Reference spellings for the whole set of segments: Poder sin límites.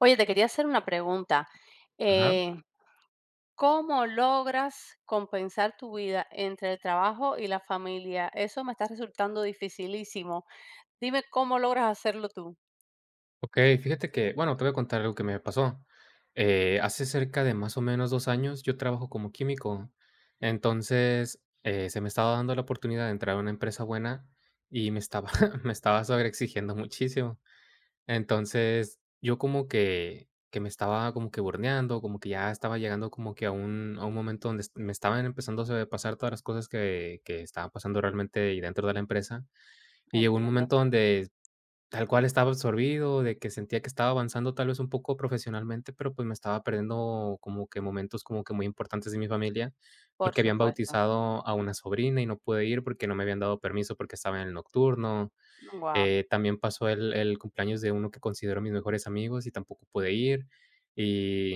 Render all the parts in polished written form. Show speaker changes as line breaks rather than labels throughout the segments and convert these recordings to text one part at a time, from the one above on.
Oye, te quería hacer una pregunta.
Ajá.
Eh, ¿Cómo logras compensar tu vida entre el trabajo y la familia? Eso me está resultando dificilísimo. Dime cómo logras hacerlo tú.
Okey, fíjate que, bueno, te voy a contar algo que me pasó. Hace cerca de más o menos 2 años, yo trabajo como químico. Entonces, se me estaba dando la oportunidad de entrar a una empresa buena y me estaba me estaba sobreexigiendo muchísimo. Entonces, yo como que me estaba como que burneando, como que ya estaba llegando como que a un momento donde me estaban empezando a sobrepasar todas las cosas que estaban pasando realmente y dentro de la empresa. Y llegó un
Entiendo,
momento donde tal cual estaba absorbido, de que sentía que estaba avanzando tal vez un poco profesionalmente, pero, pues, me estaba perdiendo como que momentos como que muy importantes de mi familia,
por
porque habían
supuesto.
bautizado a una sobrina y no pude ir porque no me habían dado permiso porque estaba en el nocturno.
Wow,
También pasó el cumpleaños de uno que considero mis mejores amigos y tampoco pude ir. Y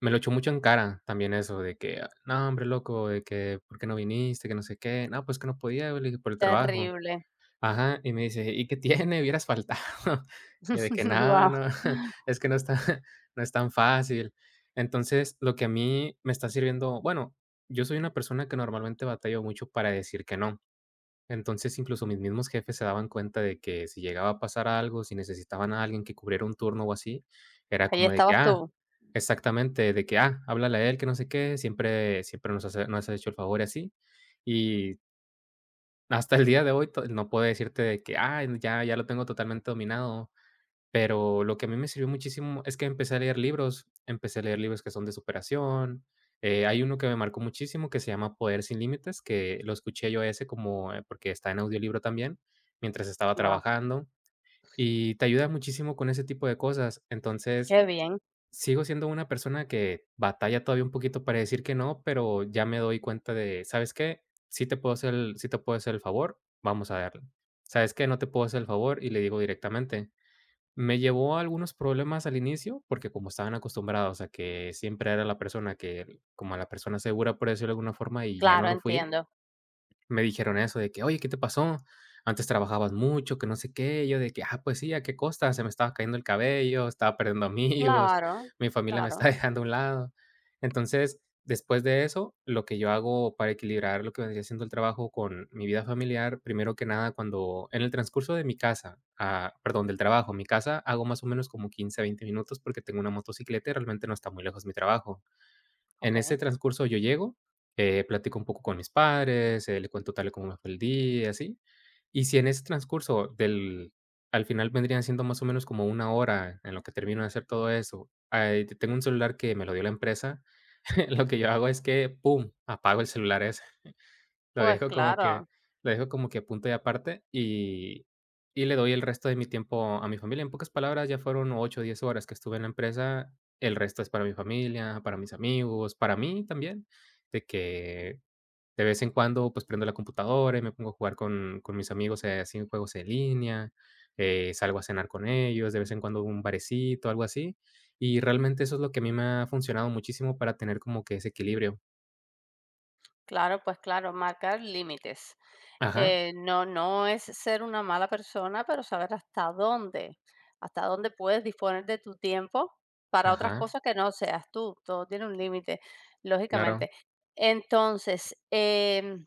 me lo echó mucho en cara también eso de que: "No, hombre, loco, de que, ¿por qué no viniste?, que no sé qué". "No, pues, que no podía", le dije, "por el trabajo".
terrible.
Ajá, y me dice: "¿Y qué tiene? Hubieras faltado". Yo de que: "No,
Wow.
no, es que no está, no es tan fácil". Entonces, lo que a mí me está sirviendo, bueno, yo soy una persona que normalmente batallo mucho para decir que no. Entonces, incluso mis mismos jefes se daban cuenta de que si llegaba a pasar algo, si necesitaban a alguien que cubriera un turno o así, era
Ahí
como de que:
estabas
"Ah",
tú.
exactamente, de que: "Ah, háblale a él, que no sé qué, siempre siempre nos has hecho el favor", y así. Y hasta el día de hoy, to no puedo decirte de que: "Ah, ya lo tengo totalmente dominado", pero lo que a mí me sirvió muchísimo es que empecé a leer libros, empecé a leer libros que son de superación. Hay uno que me marcó muchísimo que se llama Poder sin límites, que lo escuché yo ese como, porque está en audiolibro también, mientras estaba
Wow,
trabajando, y te ayuda muchísimo con ese tipo de cosas. Entonces
qué bien.
sigo siendo una persona que batalla todavía un poquito para decir que no, pero ya me doy cuenta de, ¿sabes qué? Sí te puedo hacer el favor, vamos a darle. ¿Sabes qué? No te puedo hacer el favor y le digo directamente. Me llevó a algunos problemas al inicio, porque como estaban acostumbrados a que siempre era la persona que, como la persona segura, por decirlo de alguna forma, y ya no
Claro,
lo fui,
entiendo.
me dijeron eso de que: "Oye, ¿qué te pasó? Antes trabajabas mucho, que no sé qué". Yo de que: "Ah, pues sí, ¿a qué costa? Se me estaba cayendo el cabello, estaba perdiendo amigos,
Claro,
mi familia me
claro.
está dejando a un lado". Entonces, después de eso, lo que yo hago para equilibrar lo que vendría siendo el trabajo con mi vida familiar, primero que nada, cuando en el transcurso de mi casa, ah, perdón, del trabajo a mi casa, hago más o menos como 15 a 20 minutos porque tengo una motocicleta y realmente no está muy lejos mi trabajo.
Ok.
En ese transcurso yo llego, platico un poco con mis padres, le cuento tal y como me fue el día, así. Y si en ese transcurso del al final vendrían siendo más o menos como una hora en lo que termino de hacer todo eso, ay, tengo un celular que me lo dio la empresa, lo que yo hago es que, pum, apago el celular ese. Lo
Pues
dejo como
claro,
que lo dejo como que a punto y aparte, y le doy el resto de mi tiempo a mi familia. En pocas palabras, ya fueron 8 o 10 horas que estuve en la empresa, el resto es para mi familia, para mis amigos, para mí también, de que de vez en cuando, pues, prendo la computadora y me pongo a jugar con mis amigos, así en juegos en línea, salgo a cenar con ellos, de vez en cuando un barecito, algo así, y realmente eso es lo que a mí me ha funcionado muchísimo para tener como que ese equilibrio.
claro, pues claro, marcar límites.
Ajá,
No, no es ser una mala persona, pero saber hasta dónde puedes disponer de tu tiempo para otras
ajá,
cosas que no seas tú. Todo tiene un límite,
claro,
lógicamente. Entonces,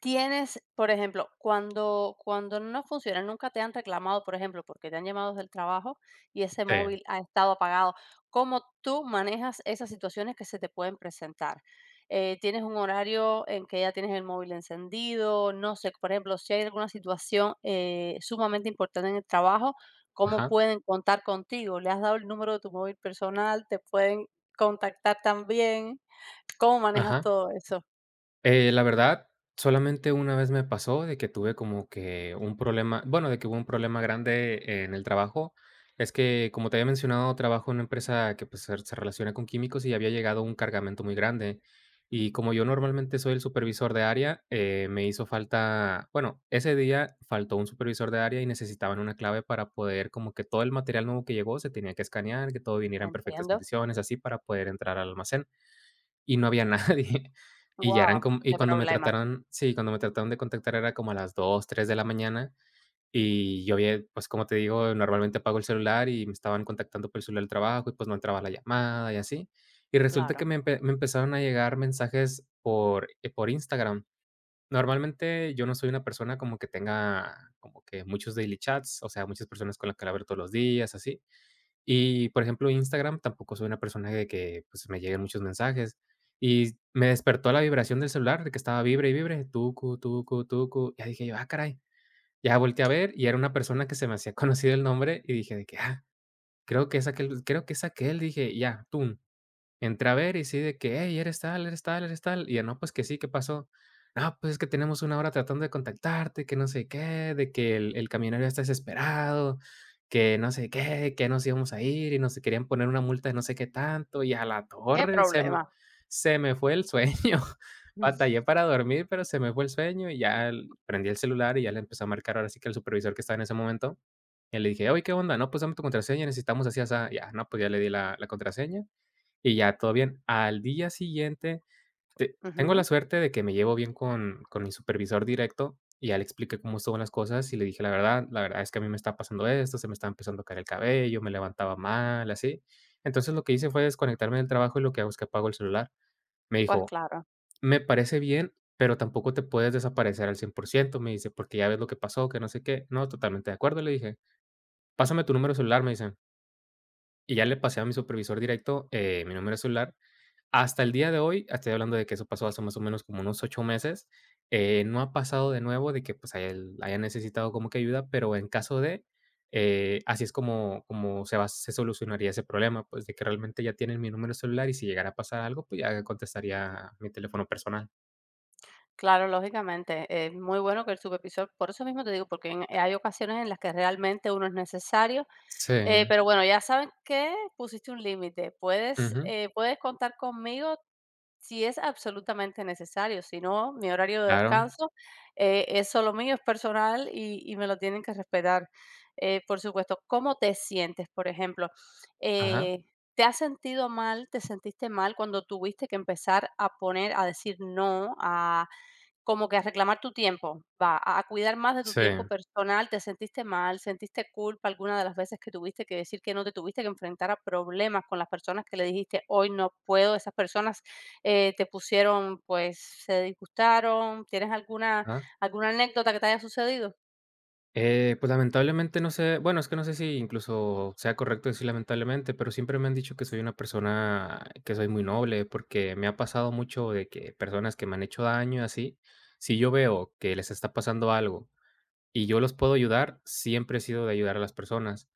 tienes, por ejemplo, cuando no funciona, nunca te han reclamado, por ejemplo, porque te han llamado del trabajo y ese
sí.
móvil ha estado apagado, ¿cómo tú manejas esas situaciones que se te pueden presentar? ¿Tienes un horario en que ya tienes el móvil encendido? No sé, por ejemplo, si hay alguna situación, sumamente importante en el trabajo, ¿cómo
Ajá,
pueden contar contigo? ¿Le has dado el número de tu móvil personal? ¿Te pueden contactar también? ¿Cómo manejas
ajá.
todo eso?
La verdad, solamente una vez me pasó de que tuve como que un problema, bueno, de que hubo un problema grande en el trabajo. Es que, como te había mencionado, trabajo en una empresa que, pues, se relaciona con químicos y había llegado un cargamento muy grande. Y como yo normalmente soy el supervisor de área, me hizo falta, bueno, ese día faltó un supervisor de área y necesitaban una clave para poder, como que todo el material nuevo que llegó se tenía que escanear, que todo viniera en perfectas
Entiendo.
condiciones, así para poder entrar al almacén. Y no había nadie. Y ya eran
Wow,
como y
qué
cuando me
problema,
trataron sí, Cuando me trataron de contactar era como a las 2 3 de la mañana, y yo había, pues, como te digo, normalmente apago el celular y me estaban contactando por el celular del trabajo y, pues, no entraba la llamada y así. Y resulta que
claro,
me empezaron a llegar mensajes por Instagram. Normalmente yo no soy una persona como que tenga como que muchos daily chats, o sea, muchas personas con las que hablo todos los días, así. Y, por ejemplo, Instagram tampoco soy una persona de que, pues, me lleguen muchos mensajes. Y me despertó la vibración del celular de que estaba vibre y vibre, tucu, tucu, tucu. Ya dije yo: "Ah, caray". Ya volteé a ver y era una persona que se me hacía conocido el nombre y dije de que: "Ah, creo que es aquel", dije, ya, tú. Entré a ver y sí de que: "Hey, eres tal, eres tal, eres tal", y ya: "No, pues que sí, ¿qué pasó?". "No, pues es que tenemos una hora tratando de contactarte, que no sé qué, de que el camionero ya está desesperado, que no sé qué, que nos íbamos a ir y nos querían poner una multa de no sé qué tanto", y a la
qué
torre
problema.
se me fue el sueño.
Mm,
Batallé para dormir, pero se me fue el sueño y ya el prendí el celular y ya le empecé a marcar ahora sí que el supervisor que estaba en ese momento. Y le dije: "Oye, ¿qué onda? No, pues dame tu contraseña, necesitamos así, asá". Ya, no, pues ya le di la contraseña y ya todo bien. Al día siguiente, te tengo
ujú,
la suerte de que me llevo bien con mi supervisor directo, y ya le expliqué cómo estuvo las cosas, y le dije: La verdad es que a mí me está pasando esto, se me está empezando a caer el cabello, me levantaba mal, así". Entonces, lo que hice fue desconectarme del trabajo, y lo que hago es que apago el celular. Me
pues
dijo:
claro,
"Me parece bien, pero tampoco te puedes desaparecer al cien por ciento", me dice, "porque ya ves lo que pasó, que no sé qué". "No, totalmente de acuerdo", le dije. "Pásame tu número de celular", me dice. Y ya le pasé a mi supervisor directo, mi número de celular. Hasta el día de hoy, estoy hablando de que eso pasó hace más o menos como unos 8 meses, no ha pasado de nuevo de que, pues, haya necesitado como que ayuda, pero en caso de, así es como se solucionaría ese problema, pues, de que realmente ya tienen mi número de celular y si llegara a pasar algo, pues, ya contestaría mi teléfono personal.
claro, lógicamente, es muy bueno que el supervisor, por eso mismo te digo, porque en hay ocasiones en las que realmente uno es necesario,
Sí,
pero bueno, ya saben que pusiste un límite, puedes,
ujú,
puedes contar conmigo. Si es absolutamente necesario, si no, mi horario de
claro,
descanso es solo mío, es personal y me lo tienen que respetar. Por supuesto, ¿cómo te sientes, por ejemplo?
ajá,
Eh, ¿Te has sentido mal, te sentiste mal cuando tuviste que empezar a poner, a decir no, como que a reclamar tu tiempo, va, a cuidar más de tu
sí,
tiempo personal, te sentiste mal, sentiste culpa alguna de las veces que tuviste que decir que no, te tuviste que enfrentar a problemas con las personas que le dijiste: "Hoy no puedo", esas personas, te pusieron, pues, se disgustaron, ¿tienes alguna
ajá.
anécdota que te haya sucedido?
Pues, lamentablemente no sé, bueno, es que no sé si incluso sea correcto decir lamentablemente, pero siempre me han dicho que soy una persona que soy muy noble, porque me ha pasado mucho de que personas que me han hecho daño y así, si yo veo que les está pasando algo y yo los puedo ayudar, siempre he sido de ayudar a las personas.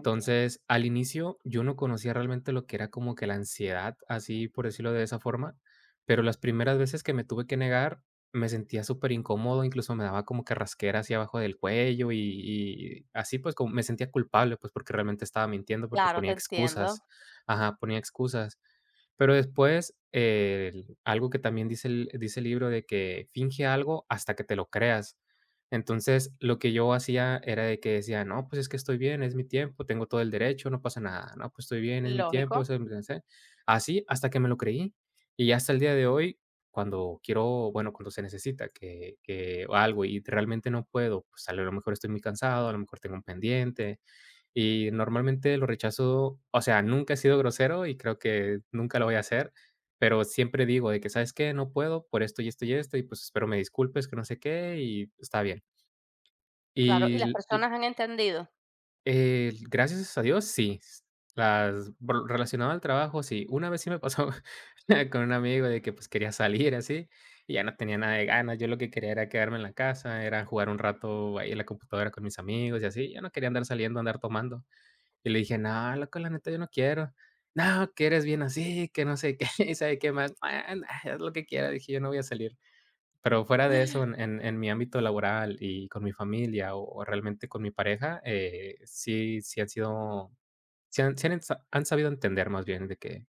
Entiendo.
al inicio yo no conocía realmente lo que era como que la ansiedad, así por decirlo de esa forma, pero las primeras veces que me tuve que negar, me sentía súper incómodo, incluso me daba como que rasquera hacia abajo del cuello y así pues como me sentía culpable, pues porque realmente estaba mintiendo, porque
Claro, te
ponía
entiendo,
excusas, ajá, ponía excusas. Pero después, algo que también dice el libro de que finge algo hasta que te lo creas. Entonces, lo que yo hacía era de que decía: "No, pues, es que estoy bien, es mi tiempo, tengo todo el derecho, no pasa nada. No, pues, estoy bien, es mi tiempo",
lógico,
así hasta que me lo creí. Y hasta el día de hoy, cuando quiero, bueno, cuando se necesita que algo y realmente no puedo, pues, a lo mejor estoy muy cansado, a lo mejor tengo un pendiente, y normalmente lo rechazo, o sea, nunca he sido grosero y creo que nunca lo voy a hacer, pero siempre digo de que: "¿Sabes qué? No puedo por esto y esto y esto, y, pues, espero me disculpes", que no sé qué, y está bien.
claro, ¿y las
Y,
personas han entendido?
gracias a Dios, sí. Las br relacionado al trabajo, sí. Una vez sí me pasó con un amigo de que, pues, quería salir así, y ya no tenía nada de ganas. Yo lo que quería era quedarme en la casa, era jugar un rato ahí en la computadora con mis amigos y así. Yo no quería andar saliendo, andar tomando. Y le dije: "No, loco, la neta yo no quiero". "No, que eres bien así, que no sé qué, y sabe qué más". "Ah, nah, haz lo que quieras", dije, "yo no voy a salir". Pero fuera de eso, en mi ámbito laboral y con mi familia, o realmente con mi pareja, sí han sido han sabido entender más bien de que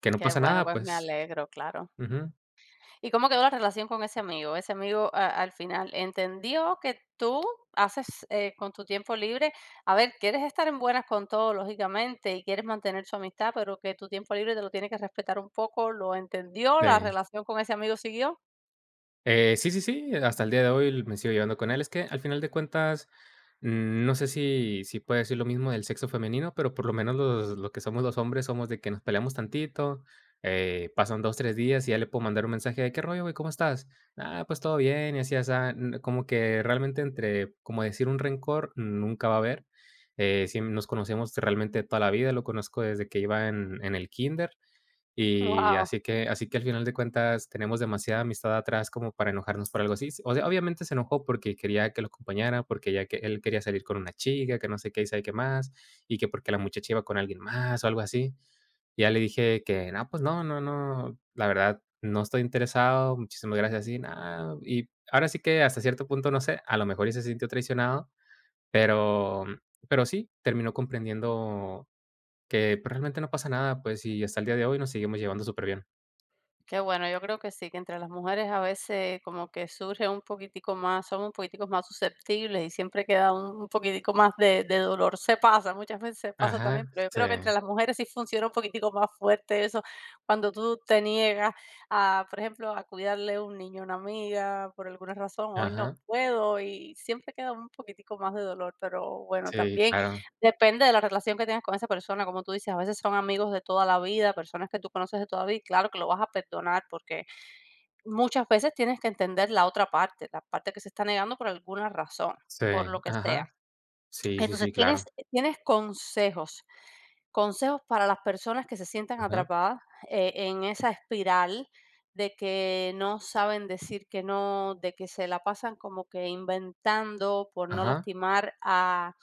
no
Qué
pasa
bueno,
nada,
pues me
pues.
alegro, claro.
Ujú.
¿Y cómo quedó la relación con ese amigo? Ese amigo, a al final, ¿entendió que tú haces, con tu tiempo libre? A ver, quieres estar en buenas con todo, lógicamente, y quieres mantener su amistad, pero que tu tiempo libre te lo tiene que respetar un poco, ¿lo entendió? ¿La
Sí.
relación con ese amigo siguió?
Sí, sí, sí, hasta el día de hoy me sigo llevando con él. Es que al final de cuentas, no sé si puedo decir lo mismo del sexo femenino, pero por lo menos lo que somos los hombres somos de que nos peleamos tantito, pasan 2, 3 días y ya le puedo mandar un mensaje de qué rollo, güey, ¿cómo estás? Ah, pues todo bien, y así, así, como que realmente entre, como decir un rencor, nunca va a haber. Sí, nos conocemos realmente de toda la vida, lo conozco desde que iba en el kinder y
Wow.
así que al final de cuentas tenemos demasiada amistad atrás como para enojarnos por algo así. Sí. O sea, obviamente se enojó porque quería que lo acompañara, porque ya que él quería salir con una chica, que no sé qué y sabe qué más, y que porque la muchacha iba con alguien más o algo así. Y ya le dije que: "No, pues no, no, no, la verdad no estoy interesado, muchísimas gracias", y nada. Y ahora sí que hasta cierto punto, no sé, a lo mejor y se sintió traicionado, pero pero sí, terminó comprendiendo que, pues, realmente no pasa nada, pues, y hasta el día de hoy nos seguimos llevando súper bien.
Qué bueno, yo creo que sí, que entre las mujeres a veces como que surge un poquitico más, somos un poquitico más susceptibles y siempre queda un poquitico más de dolor. Se pasa, muchas veces se pasa también,
Ajá,
pero yo
sí,
creo que entre las mujeres sí funciona un poquitico más fuerte eso, cuando tú te niegas a, por ejemplo, a cuidarle a un niño, a una amiga, por alguna razón, hoy no
ajá,
puedo y siempre queda un poquitico más de dolor, pero bueno,
sí,
también
claro,
depende de la relación que tengas con esa persona, como tú dices, a veces son amigos de toda la vida, personas que tú conoces de toda la vida, y claro que lo vas a perdonar, porque muchas veces tienes que entender la otra parte, la parte que se está negando por alguna razón,
sí,
por lo que sea.
ajá, sí, sí,
Entonces,
sí,
¿tienes
claro,
tienes consejos consejos para las personas que se sientan
ajá,
atrapadas en esa espiral de que no saben decir que no, de que se la pasan como que inventando por no
ajá,
lastimar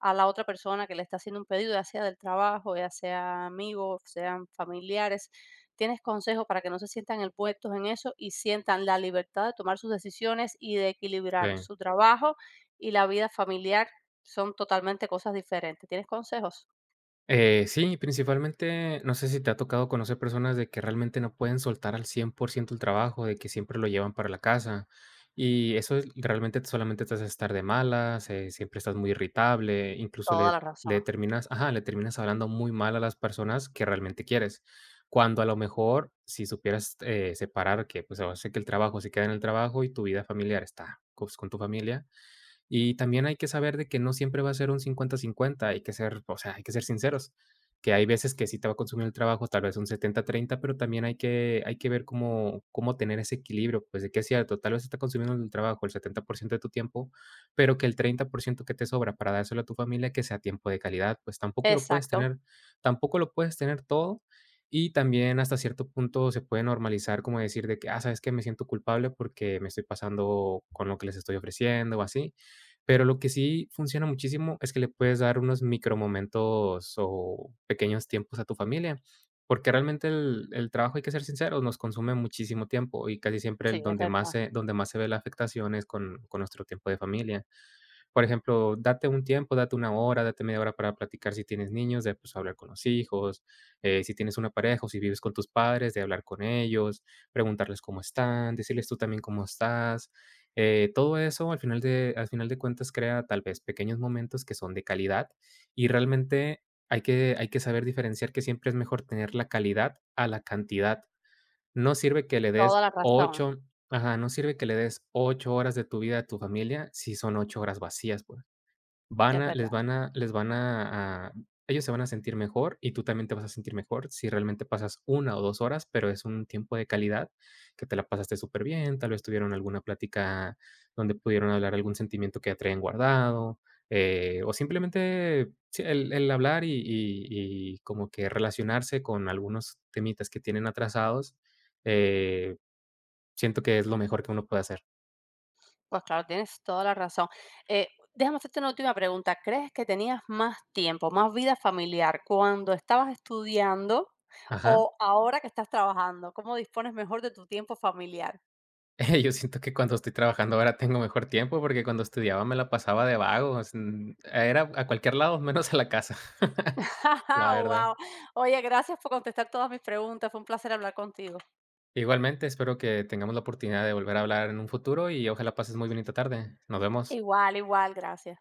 a la otra persona que le está haciendo un pedido, ya sea del trabajo, ya sea amigos, sean familiares. ¿Tienes consejos para que no se sientan envueltos en eso y sientan la libertad de tomar sus decisiones y de equilibrar
sí.
su trabajo y la vida familiar? Son totalmente cosas diferentes. ¿Tienes consejos?
Sí, principalmente, no sé si te ha tocado conocer personas de que realmente no pueden soltar al 100% el trabajo, de que siempre lo llevan para la casa. Y eso es- realmente te- solamente te hace estar de malas, siempre estás muy irritable, incluso
Toda la
le
razón.
terminas, ajá, le terminas hablando muy mal a las personas que realmente quieres. Cuando a lo mejor, si supieras separar que pues, hace que el trabajo se queda en el trabajo y tu vida familiar está pues, con tu familia, y también hay que saber de que no siempre va a ser un 50/50 hay que ser, o sea, hay que ser sinceros, que hay veces que sí te va a consumir el trabajo, tal vez un 70/30 pero también hay que ver cómo tener ese equilibrio, pues, de que es cierto, tal vez está consumiendo el trabajo el 70% de tu tiempo, pero que el 30% que te sobra para dárselo a tu familia, que sea tiempo de calidad, pues,
Exacto.
tampoco lo puedes tener todo. Y también hasta cierto punto se puede normalizar como decir de que: "Ah, ¿sabes que Me siento culpable porque me estoy pasando con lo que les estoy ofreciendo o así". Pero lo que sí funciona muchísimo es que le puedes dar unos micromomentos o pequeños tiempos a tu familia, porque realmente el trabajo, hay que ser sinceros, nos consume muchísimo tiempo y casi siempre
Sí,
el
es verdad.
donde más se ve la afectación es con nuestro tiempo de familia. Por ejemplo, date un tiempo, date 1 hora, date 1/2 hora para platicar si tienes niños, de, pues, hablar con los hijos, si tienes una pareja o si vives con tus padres, de hablar con ellos, preguntarles cómo están, decirles tú también cómo estás. Todo eso al final de cuentas crea tal vez pequeños momentos que son de calidad y realmente hay que saber diferenciar que siempre es mejor tener la calidad a la cantidad. No sirve que le des
Toda la razón.
8, ajá, no sirve que le des 8 horas de tu vida a tu familia si son 8 horas vacías, pues. Van
Es
a les
verdad.
van a les van a ellos se van a sentir mejor y tú también te vas a sentir mejor si realmente pasas 1 o 2 horas, pero es un tiempo de calidad que te la pasaste súper bien, tal vez tuvieron alguna plática donde pudieron hablar algún sentimiento que ya traían guardado, o simplemente sí, el hablar y como que relacionarse con algunos temitas que tienen atrasados, eh, siento que es lo mejor que uno puede hacer.
Pues claro, tienes toda la razón. Eh, déjame hacerte una última pregunta. ¿Crees que tenías más tiempo, más vida familiar cuando estabas estudiando
Ajá.
o ahora que estás trabajando? ¿Cómo dispones mejor de tu tiempo familiar?
Yo siento que cuando estoy trabajando ahora tengo mejor tiempo, porque cuando estudiaba me la pasaba de vago, era a cualquier lado, menos a la casa, la verdad.
Wow. Oye, gracias por contestar todas mis preguntas. Fue un placer hablar contigo.
Igualmente, espero que tengamos la oportunidad de volver a hablar en un futuro y ojalá pases muy bonita tarde. Nos vemos.
Igual, igual, gracias.